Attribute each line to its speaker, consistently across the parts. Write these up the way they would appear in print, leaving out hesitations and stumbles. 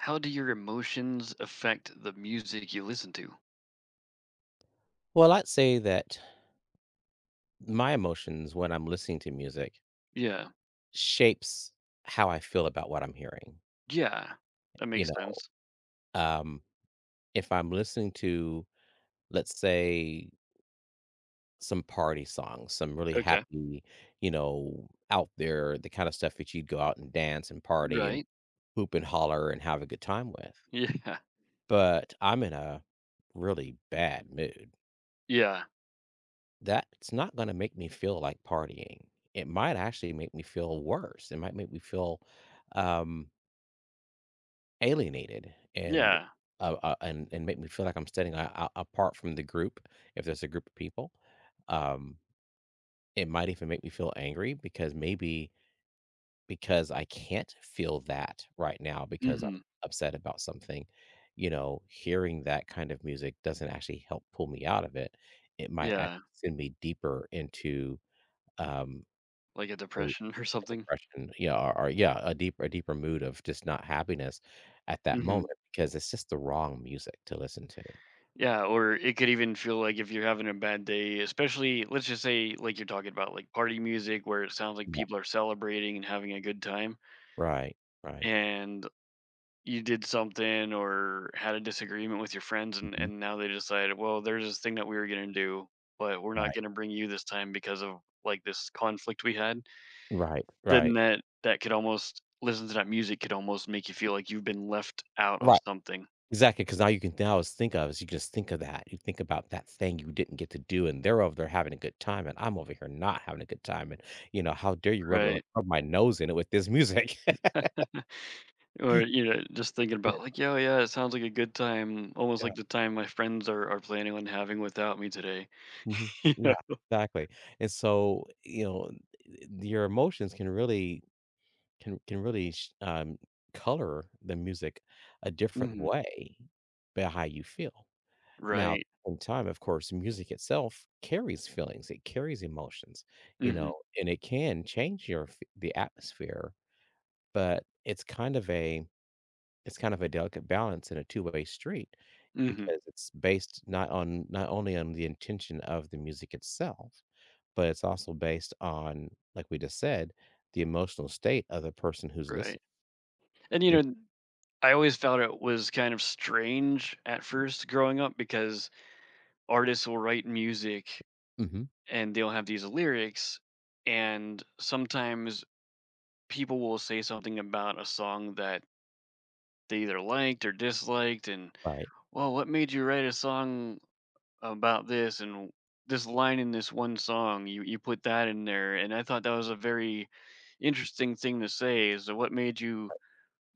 Speaker 1: How do your emotions affect the music you listen to?
Speaker 2: Well, I'd say that my emotions when I'm listening to music
Speaker 1: Yeah.
Speaker 2: shapes how I feel about what I'm hearing.
Speaker 1: Yeah, that
Speaker 2: You
Speaker 1: makes
Speaker 2: know,
Speaker 1: sense.
Speaker 2: um, if I'm listening to, let's say, some party songs, some really
Speaker 1: Okay.
Speaker 2: happy, out there, the kind of stuff that you'd go out and dance and party and
Speaker 1: Right.
Speaker 2: hoop and holler and have a good time with.
Speaker 1: Yeah.
Speaker 2: But I'm in a really bad mood.
Speaker 1: Yeah.
Speaker 2: That's not gonna make me feel like partying. It might actually make me feel worse. It might make me feel, um, alienated and,
Speaker 1: Yeah.
Speaker 2: uh, uh, and and make me feel like I'm standing a apart from the group, if there's a group of people. Um, it might even make me feel angry because maybe because I can't feel that right now because I'm
Speaker 1: Hmm.
Speaker 2: upset about something. Hearing that kind of music doesn't actually help pull me out of it. It might actually
Speaker 1: Yeah.
Speaker 2: send me deeper into, um
Speaker 1: Like a
Speaker 2: a
Speaker 1: depression or something.
Speaker 2: depression, yeah, or yeah, a deeper mood of just not happiness at that
Speaker 1: Hmm.
Speaker 2: moment because it's just the wrong music to listen to.
Speaker 1: Yeah. Or it could even feel like if you're having a bad day, especially, let's just say, like you're talking about like party music where it sounds like
Speaker 2: Right.
Speaker 1: people are celebrating and having a good time.
Speaker 2: Right, right.
Speaker 1: And you did something or had a disagreement with your friends, and
Speaker 2: Mhm.
Speaker 1: now they decided, well, there's this thing that we were going to do, but we're not
Speaker 2: Right,
Speaker 1: going to bring you this time because of like this conflict we had.
Speaker 2: right,
Speaker 1: Then
Speaker 2: right,
Speaker 1: that could almost, listen to that music could almost make you feel like you've been left out of
Speaker 2: right.
Speaker 1: something.
Speaker 2: Exactly. Because now you can now is think of is you just think of that. You think about that thing you didn't get to do, and they're over there having a good time, and I'm over here not having a good time, and, how dare you
Speaker 1: Right.
Speaker 2: rub my nose in it with this music.
Speaker 1: Or, you know, just thinking
Speaker 2: Yeah,
Speaker 1: about like, yo, yeah, it sounds like a good time, almost
Speaker 2: yeah,
Speaker 1: like the time my friends are planning on having without me today.
Speaker 2: mhm, yeah,
Speaker 1: Yeah.
Speaker 2: exactly, and so, your emotions can really sh color the music a different
Speaker 1: Hmm.
Speaker 2: way by how you feel. Now,
Speaker 1: Right.
Speaker 2: in time, of course, music itself carries feelings, it carries emotions, you know,
Speaker 1: Hmm.
Speaker 2: and it can change your f the atmosphere, but it's kind of a delicate balance and a two-way street,
Speaker 1: Hmm.
Speaker 2: because it's based not only on the intention of the music itself, but it's also based on, like we just said, the emotional state of the person who's
Speaker 1: Right.
Speaker 2: listening.
Speaker 1: And, you know, I always found it was kind of strange at first growing up because artists will write music
Speaker 2: Mhm.
Speaker 1: and they'll have these lyrics, and sometimes people will say something about a song that they either liked or disliked, and,
Speaker 2: Right.
Speaker 1: well, what made you write a song about this? And this line in this one song, you put that in there, and I thought that was a very interesting thing to say. Is what made you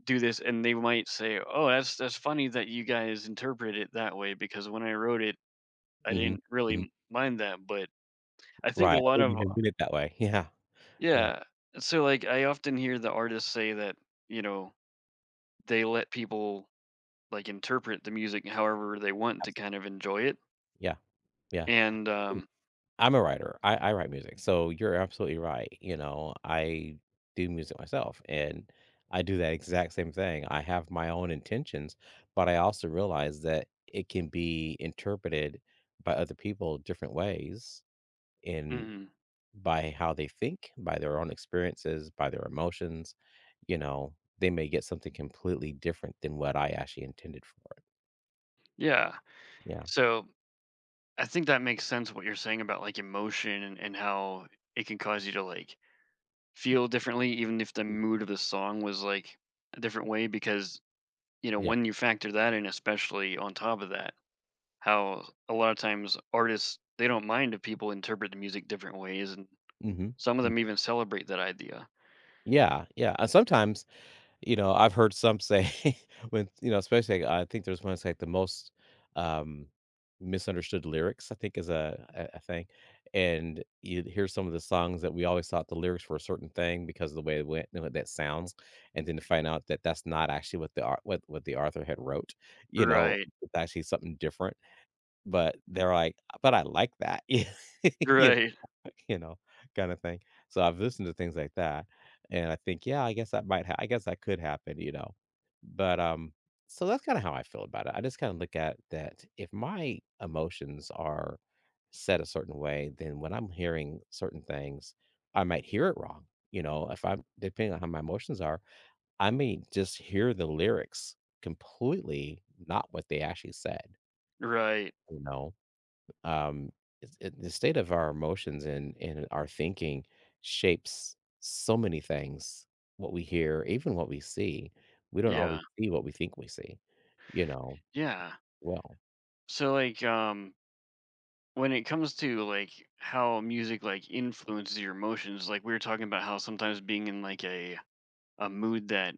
Speaker 1: do this? And they might say, "Oh, that's funny that you guys interpret it that way, because when I wrote it, I
Speaker 2: Mhm.
Speaker 1: didn't really
Speaker 2: Mhm.
Speaker 1: mind that." But I think a
Speaker 2: Right, I
Speaker 1: lot
Speaker 2: didn't
Speaker 1: of,
Speaker 2: even read it that way. Yeah. Yeah.
Speaker 1: yeah, so like I often hear the artists say that, you know, they let people like interpret the music however they want to
Speaker 2: Abs
Speaker 1: kind of enjoy it.
Speaker 2: Yeah. Yeah.
Speaker 1: And
Speaker 2: I'm a writer. I write music, so you're absolutely right. I do music myself, and I do that exact same thing. I have my own intentions, but I also realize that it can be interpreted by other people different ways, and
Speaker 1: mhm,
Speaker 2: by how they think, by their own experiences, by their emotions. They may get something completely different than what I actually intended for it.
Speaker 1: yeah.
Speaker 2: Yeah.
Speaker 1: So I think that makes sense what you're saying about like emotion and how it can cause you to like feel differently even if the mood of the song was like a different way, because, you know,
Speaker 2: Yeah.
Speaker 1: when you factor that in, especially on top of that, how a lot of times artists, they don't mind if people interpret the music different ways, and
Speaker 2: Mhm.
Speaker 1: some of
Speaker 2: Mm.
Speaker 1: them even celebrate that idea.
Speaker 2: Yeah. Yeah. And sometimes, I've heard some say when, especially I think there's one that's like the most, um, misunderstood lyrics, I think is a thing. And you hear some of the songs that we always thought the lyrics were a certain thing because of the way it went and what that sounds, and then to find out that that's not actually what the au what the author had wrote, you know?
Speaker 1: Right.
Speaker 2: It's actually something different, but they're like, "But I like that." You
Speaker 1: Right,
Speaker 2: you know, kind of thing. So I've listened to things like that, and I think, yeah, I guess I guess that could happen. But so that's kind of how I feel about it. I just kind of look at that if my emotions are set a certain way, then when I'm hearing certain things, I might hear it wrong. If I'm depending on how my emotions are, I may just hear the lyrics completely not what they actually said.
Speaker 1: right.
Speaker 2: You know, um, the state of our emotions and our thinking shapes so many things. What we hear, even what we see, we don't always
Speaker 1: Yeah,
Speaker 2: see what we think we see. You know,
Speaker 1: yeah.
Speaker 2: well,
Speaker 1: So like, when it comes to like how music like influences your emotions, like we were talking about how sometimes being in like a mood that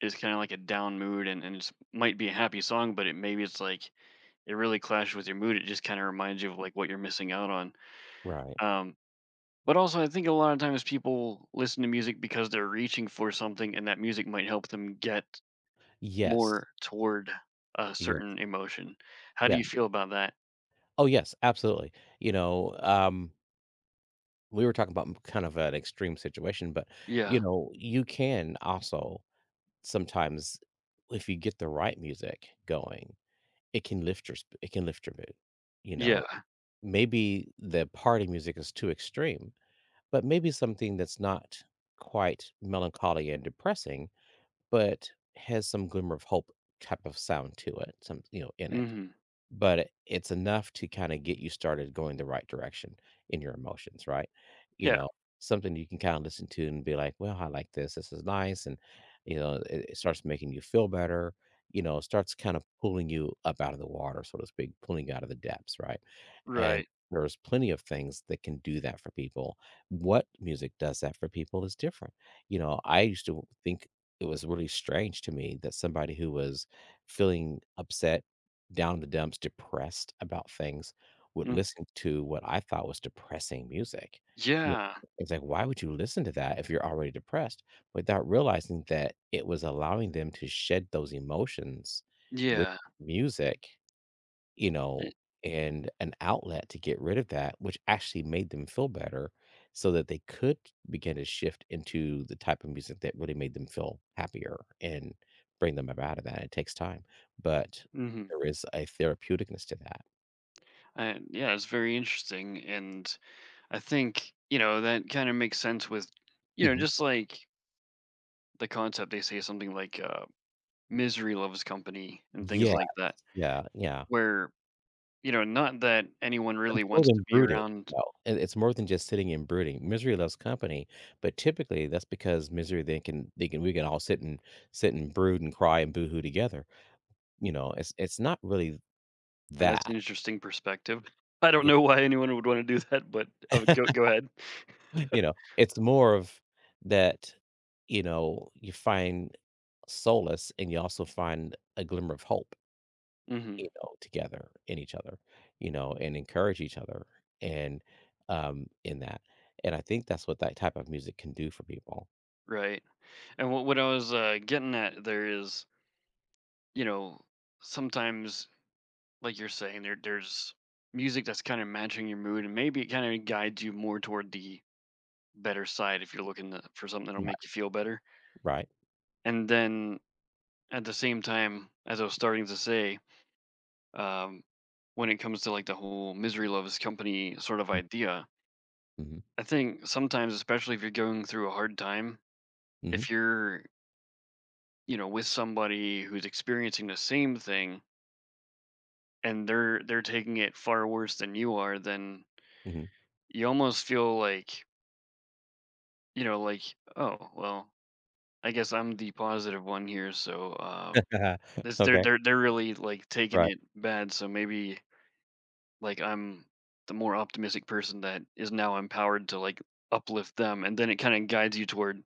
Speaker 1: is kind of like a down mood, and it's might be a happy song, but it maybe it's like it really clashes with your mood. It just kind of reminds you of like what you're missing out on.
Speaker 2: right?
Speaker 1: Um, but also, I think a lot of times people listen to music because they're reaching for something, and that music might help them get
Speaker 2: Yes,
Speaker 1: more toward a
Speaker 2: yes,
Speaker 1: certain emotion. How do you
Speaker 2: yes.
Speaker 1: feel about that?
Speaker 2: Oh, yes, absolutely. You know, um, we were talking about kind of an extreme situation, but
Speaker 1: Yeah,
Speaker 2: you can also sometimes, if you get the right music going, it can it can lift your mood. You know,
Speaker 1: yeah,
Speaker 2: Maybe the party music is too extreme, but maybe something that's not quite melancholy and depressing, but has some glimmer of hope type of sound to it, some, in it,
Speaker 1: hmm,
Speaker 2: but it's enough to kinda get you started going the right direction in your emotions, right? You
Speaker 1: yeah,
Speaker 2: know, something you can kinda listen to and be like, "Well, I like this. This is nice," and, it starts making you feel better, starts kind of pulling you up out of the water, so to speak, pulling you out of the depths, right? And
Speaker 1: right,
Speaker 2: there's plenty of things that can do that for people. What music does that for people is different. I used to think it was really strange to me that somebody who was feeling upset, down in the dumps, depressed about things, would
Speaker 1: mm,
Speaker 2: listen to what I thought was depressing music. You
Speaker 1: yeah,
Speaker 2: It's like, why would you listen to that if you're already depressed? Without realizing that it was allowing them to shed those emotions with
Speaker 1: yeah.
Speaker 2: music, you know, and an outlet to get rid of that, which actually made them feel better so that they could begin to shift into the type of music that really made them feel happier and bring them up out of that. It takes time, but
Speaker 1: Mm-hmm.
Speaker 2: there is a therapeuticness to that.
Speaker 1: I, yeah, it's very interesting, and I think, you know, that kind of makes sense with, you know,
Speaker 2: Mhm.
Speaker 1: just like the concept they say, something like Misery Loves Company and things
Speaker 2: Yeah,
Speaker 1: like that,
Speaker 2: yeah, yeah.
Speaker 1: where, you know, not that anyone really
Speaker 2: It's more
Speaker 1: wants to
Speaker 2: than
Speaker 1: be
Speaker 2: brooding.
Speaker 1: around.
Speaker 2: No, it's more than just sitting and brooding. Misery loves company, but typically that's because misery, they can we can all sit and brood and cry and boohoo together. It's not really
Speaker 1: And that's
Speaker 2: that.
Speaker 1: an interesting perspective. I don't
Speaker 2: Y
Speaker 1: know why anyone would wanna do that, but, go go ahead.
Speaker 2: It's more of that. You find solace and you also find a glimmer of hope,
Speaker 1: Mhm,
Speaker 2: together in each other, and encourage each other and, in that. And I think that's what that type of music can do for people.
Speaker 1: right, and what I was, getting at there is, you know, sometimes, like you're saying, there's music that's kinda matching your mood, and maybe it kinda guides you more toward the better side if you're looking to for something that'll
Speaker 2: Right.
Speaker 1: make you feel better,
Speaker 2: Right?
Speaker 1: and then, at the same time, as I was starting to say, um, when it comes to like the whole misery loves company sort of
Speaker 2: Mm,
Speaker 1: idea.
Speaker 2: mhm,
Speaker 1: I think sometimes, especially if you're going through a hard time,
Speaker 2: mhm,
Speaker 1: if you're, you know, with somebody who's experiencing the same thing and they're taking it far worse than you are, then
Speaker 2: mhm.
Speaker 1: you almost feel like, you know, like, oh well, I guess I'm the positive one here, so this they're
Speaker 2: Okay,
Speaker 1: they're they're really like taking
Speaker 2: right,
Speaker 1: it bad, so maybe, like, I'm the more optimistic person that is now empowered to, like, uplift them, and then it kinda guides you toward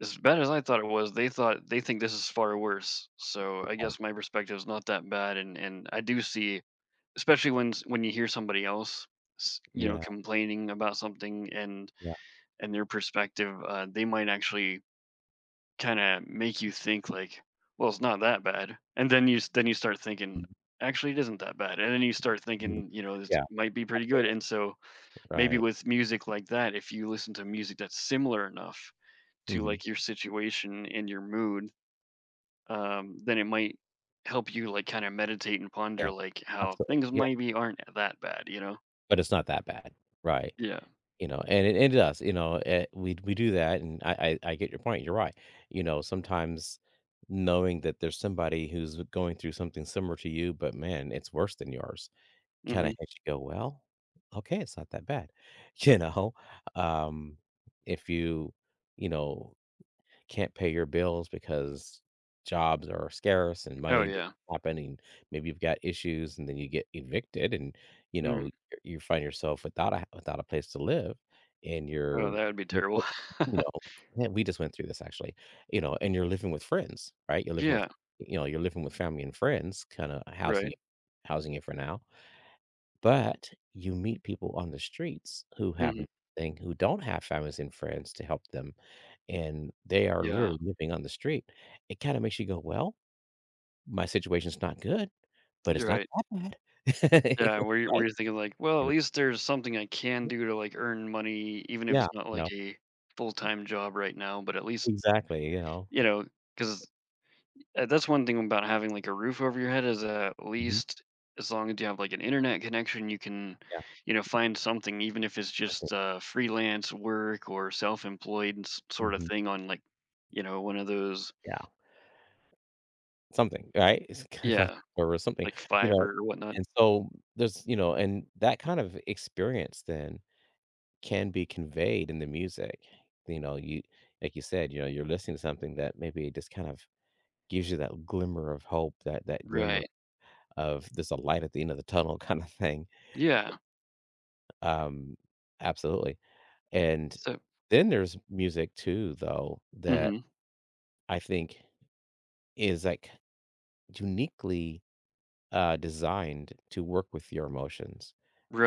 Speaker 1: as bad as I thought it was, they thought they think this is far worse, so I
Speaker 2: right.
Speaker 1: guess my perspective is not that bad, and I do see, especially when s when you hear somebody else s you know,
Speaker 2: Yeah,
Speaker 1: complaining about something,
Speaker 2: yeah.
Speaker 1: and their perspective, they might actually kinda make you think like, "Well, it's not that bad," and then you s then you start thinking, "Actually, it isn't that bad," and then you start
Speaker 2: Mhm.
Speaker 1: thinking, you know, "This
Speaker 2: Yeah,
Speaker 1: might be pretty good,"
Speaker 2: absolutely,
Speaker 1: and so maybe
Speaker 2: right.
Speaker 1: with music like that, if you listen to music that's similar enough to,
Speaker 2: Mhm,
Speaker 1: like, your situation and your mood, then it might help you, like, kinda meditate and ponder,
Speaker 2: yeah,
Speaker 1: like, how
Speaker 2: absolutely,
Speaker 1: things
Speaker 2: yeah,
Speaker 1: maybe aren't that bad, you know?
Speaker 2: but it's not that bad, right.
Speaker 1: Yeah.
Speaker 2: And it does, we do that, and I get your point. You're right. Sometimes knowing that there's somebody who's going through something similar to you, but man, it's worse than yours, kind of
Speaker 1: Mhm.
Speaker 2: makes you go, well, okay, it's not that bad, you know. Um, if you can't pay your bills because jobs are scarce and
Speaker 1: Oh,
Speaker 2: money doesn't
Speaker 1: yeah.
Speaker 2: happen, and maybe you've got issues and then you get evicted and
Speaker 1: Mm.
Speaker 2: you find yourself without a without a place to live, and
Speaker 1: Oh,
Speaker 2: you're
Speaker 1: that would be
Speaker 2: w-
Speaker 1: terrible.
Speaker 2: w- you know yeah, we just went through this actually, and you're living with friends, right, you're living with,
Speaker 1: Yeah.
Speaker 2: family and friends kind of
Speaker 1: Right.
Speaker 2: housing it for now, but you meet people on the streets who have
Speaker 1: Mhm.
Speaker 2: nothing, who don't have families and friends to help them, and they are
Speaker 1: Yeah.
Speaker 2: literally living on the street. It kinda makes you go, "Well, my situation's not good, but it's
Speaker 1: You're
Speaker 2: not
Speaker 1: right.
Speaker 2: that bad."
Speaker 1: Yeah, where you where
Speaker 2: Right?
Speaker 1: you're thinking like, "Well,
Speaker 2: You
Speaker 1: at
Speaker 2: know?
Speaker 1: least there's something I can do to, like, earn money, even if
Speaker 2: Yeah,
Speaker 1: it's not, like, a full-time job right now, but at least,"
Speaker 2: exactly, you know?
Speaker 1: you know, because that's one thing about having, like, a roof over your head, is that at
Speaker 2: Mhm.
Speaker 1: least as long as you have, like, an internet connection, you can,
Speaker 2: Yeah,
Speaker 1: you know, find something, even if it's
Speaker 2: something.
Speaker 1: just, freelance work or self-employed sort of
Speaker 2: Mhm.
Speaker 1: thing on, like, you know, one of those.
Speaker 2: Yeah, something, right? It's kind of,
Speaker 1: Yeah,
Speaker 2: or something,
Speaker 1: like
Speaker 2: you know?
Speaker 1: Fiverr or whatnot.
Speaker 2: And so there's, and that kind of experience then can be conveyed in the music. You know, you Like you said, you're listening to something that maybe just kind of gives you that glimmer of hope, that glimmer
Speaker 1: Right.
Speaker 2: of there's a light at the end of the tunnel kind of thing.
Speaker 1: Yeah.
Speaker 2: Um, Absolutely. And
Speaker 1: So,
Speaker 2: then there's music too, though, that
Speaker 1: mhm.
Speaker 2: I think is like uniquely, designed to work with your emotions,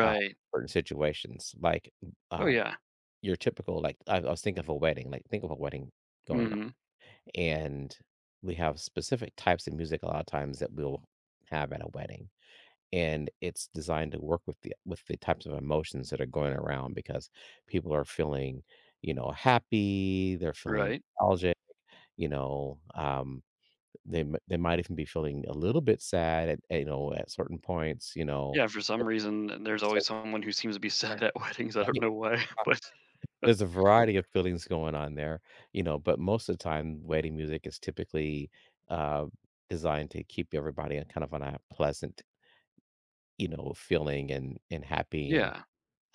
Speaker 2: uh, certain situations. Like,
Speaker 1: Oh,
Speaker 2: uh,
Speaker 1: yeah.
Speaker 2: your typical, like I was thinking of a wedding, like think of a wedding going
Speaker 1: Mhm.
Speaker 2: on, and we have specific types of music a lot of times that we'll have at a wedding, and it's designed to work with the types of emotions that are going around because people are feeling, happy, they're feeling
Speaker 1: Right.
Speaker 2: nostalgic, you know, um, they they might even be feeling a little bit sad at at certain points.
Speaker 1: Yeah, for some reason, there's
Speaker 2: So
Speaker 1: always someone who seems to be sad at weddings. I don't
Speaker 2: yeah,
Speaker 1: know why, but
Speaker 2: there's a variety of feelings going on there, but most of the time wedding music is typically, uh designed to keep everybody on, kind of on, a pleasant, feeling, and happy and
Speaker 1: yeah.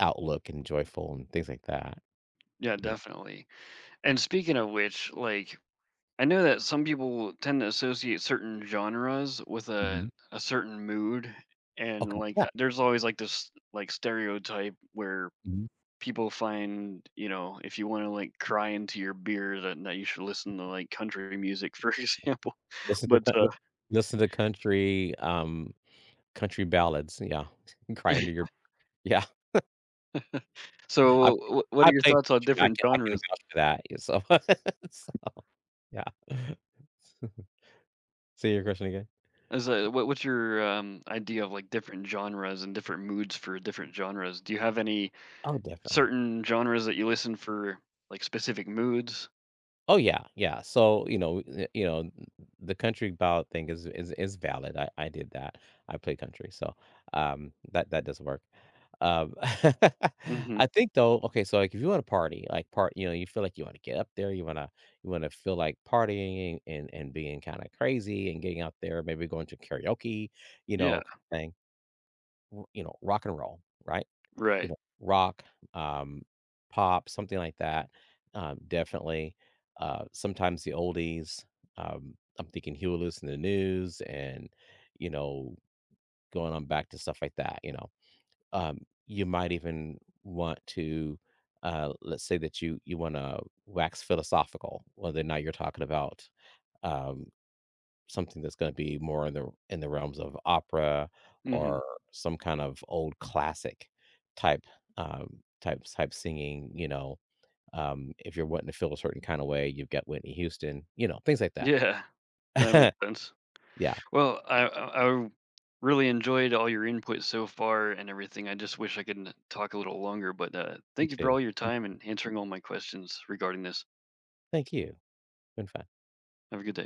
Speaker 2: outlook and joyful and things like that,
Speaker 1: Yeah,
Speaker 2: you know?
Speaker 1: definitely. And speaking of which, like, I know that some people tend to associate certain genres with
Speaker 2: Mhm.
Speaker 1: a certain mood, and
Speaker 2: Okay,
Speaker 1: like
Speaker 2: yeah.
Speaker 1: there's always like this like stereotype where
Speaker 2: Mhm.
Speaker 1: people find, you know, if you want to like cry into your beer that, that you should listen to like country music, for example.
Speaker 2: Listen to
Speaker 1: But
Speaker 2: coun Listen to country, ballads, yeah. Cry under your yeah. I
Speaker 1: so what are
Speaker 2: I
Speaker 1: your
Speaker 2: play
Speaker 1: thoughts on
Speaker 2: country, I
Speaker 1: different
Speaker 2: can I can
Speaker 1: genres?
Speaker 2: vouch for that, yeah, so so yeah. Say your question again?
Speaker 1: Is what what's your, idea of, like, different genres and different moods for different genres? Do you have any
Speaker 2: Oh, definitely.
Speaker 1: certain genres that you listen for, like, specific moods?
Speaker 2: Oh yeah, yeah. So, the country ballot thing is valid. I did that. I play country, so, that does work. Um, I
Speaker 1: Mhm.
Speaker 2: think though, okay, so like if you want to party, like, you feel like you want to get up there, you wanna feel like partying and being kind of crazy and getting out there, maybe going to karaoke, you
Speaker 1: Yeah.
Speaker 2: know, thing rock and roll, right? You
Speaker 1: Right.
Speaker 2: know, rock, um, pop, something like that, definitely, sometimes the oldies, I'm thinking Huey Lewis in the News and, you know, going on back to stuff like that, you know? Um, you might even want to, let's say that you wanna wax philosophical, whether or not you're talking about, um something that's gonna be more in the realms of opera,
Speaker 1: Mhm.
Speaker 2: or some kind of old classic type, type singing, if you're wanting to feel a certain kind of way, you've got Whitney Houston, things like
Speaker 1: Yeah. That makes
Speaker 2: that.
Speaker 1: sense.
Speaker 2: Yeah,
Speaker 1: Well, I really enjoyed all your input so far and everything. I just wish I could n talk a little longer, but,
Speaker 2: me
Speaker 1: thank you for
Speaker 2: too.
Speaker 1: all your time and answering all my questions regarding this.
Speaker 2: Thank you. Been fun.
Speaker 1: Have a good day.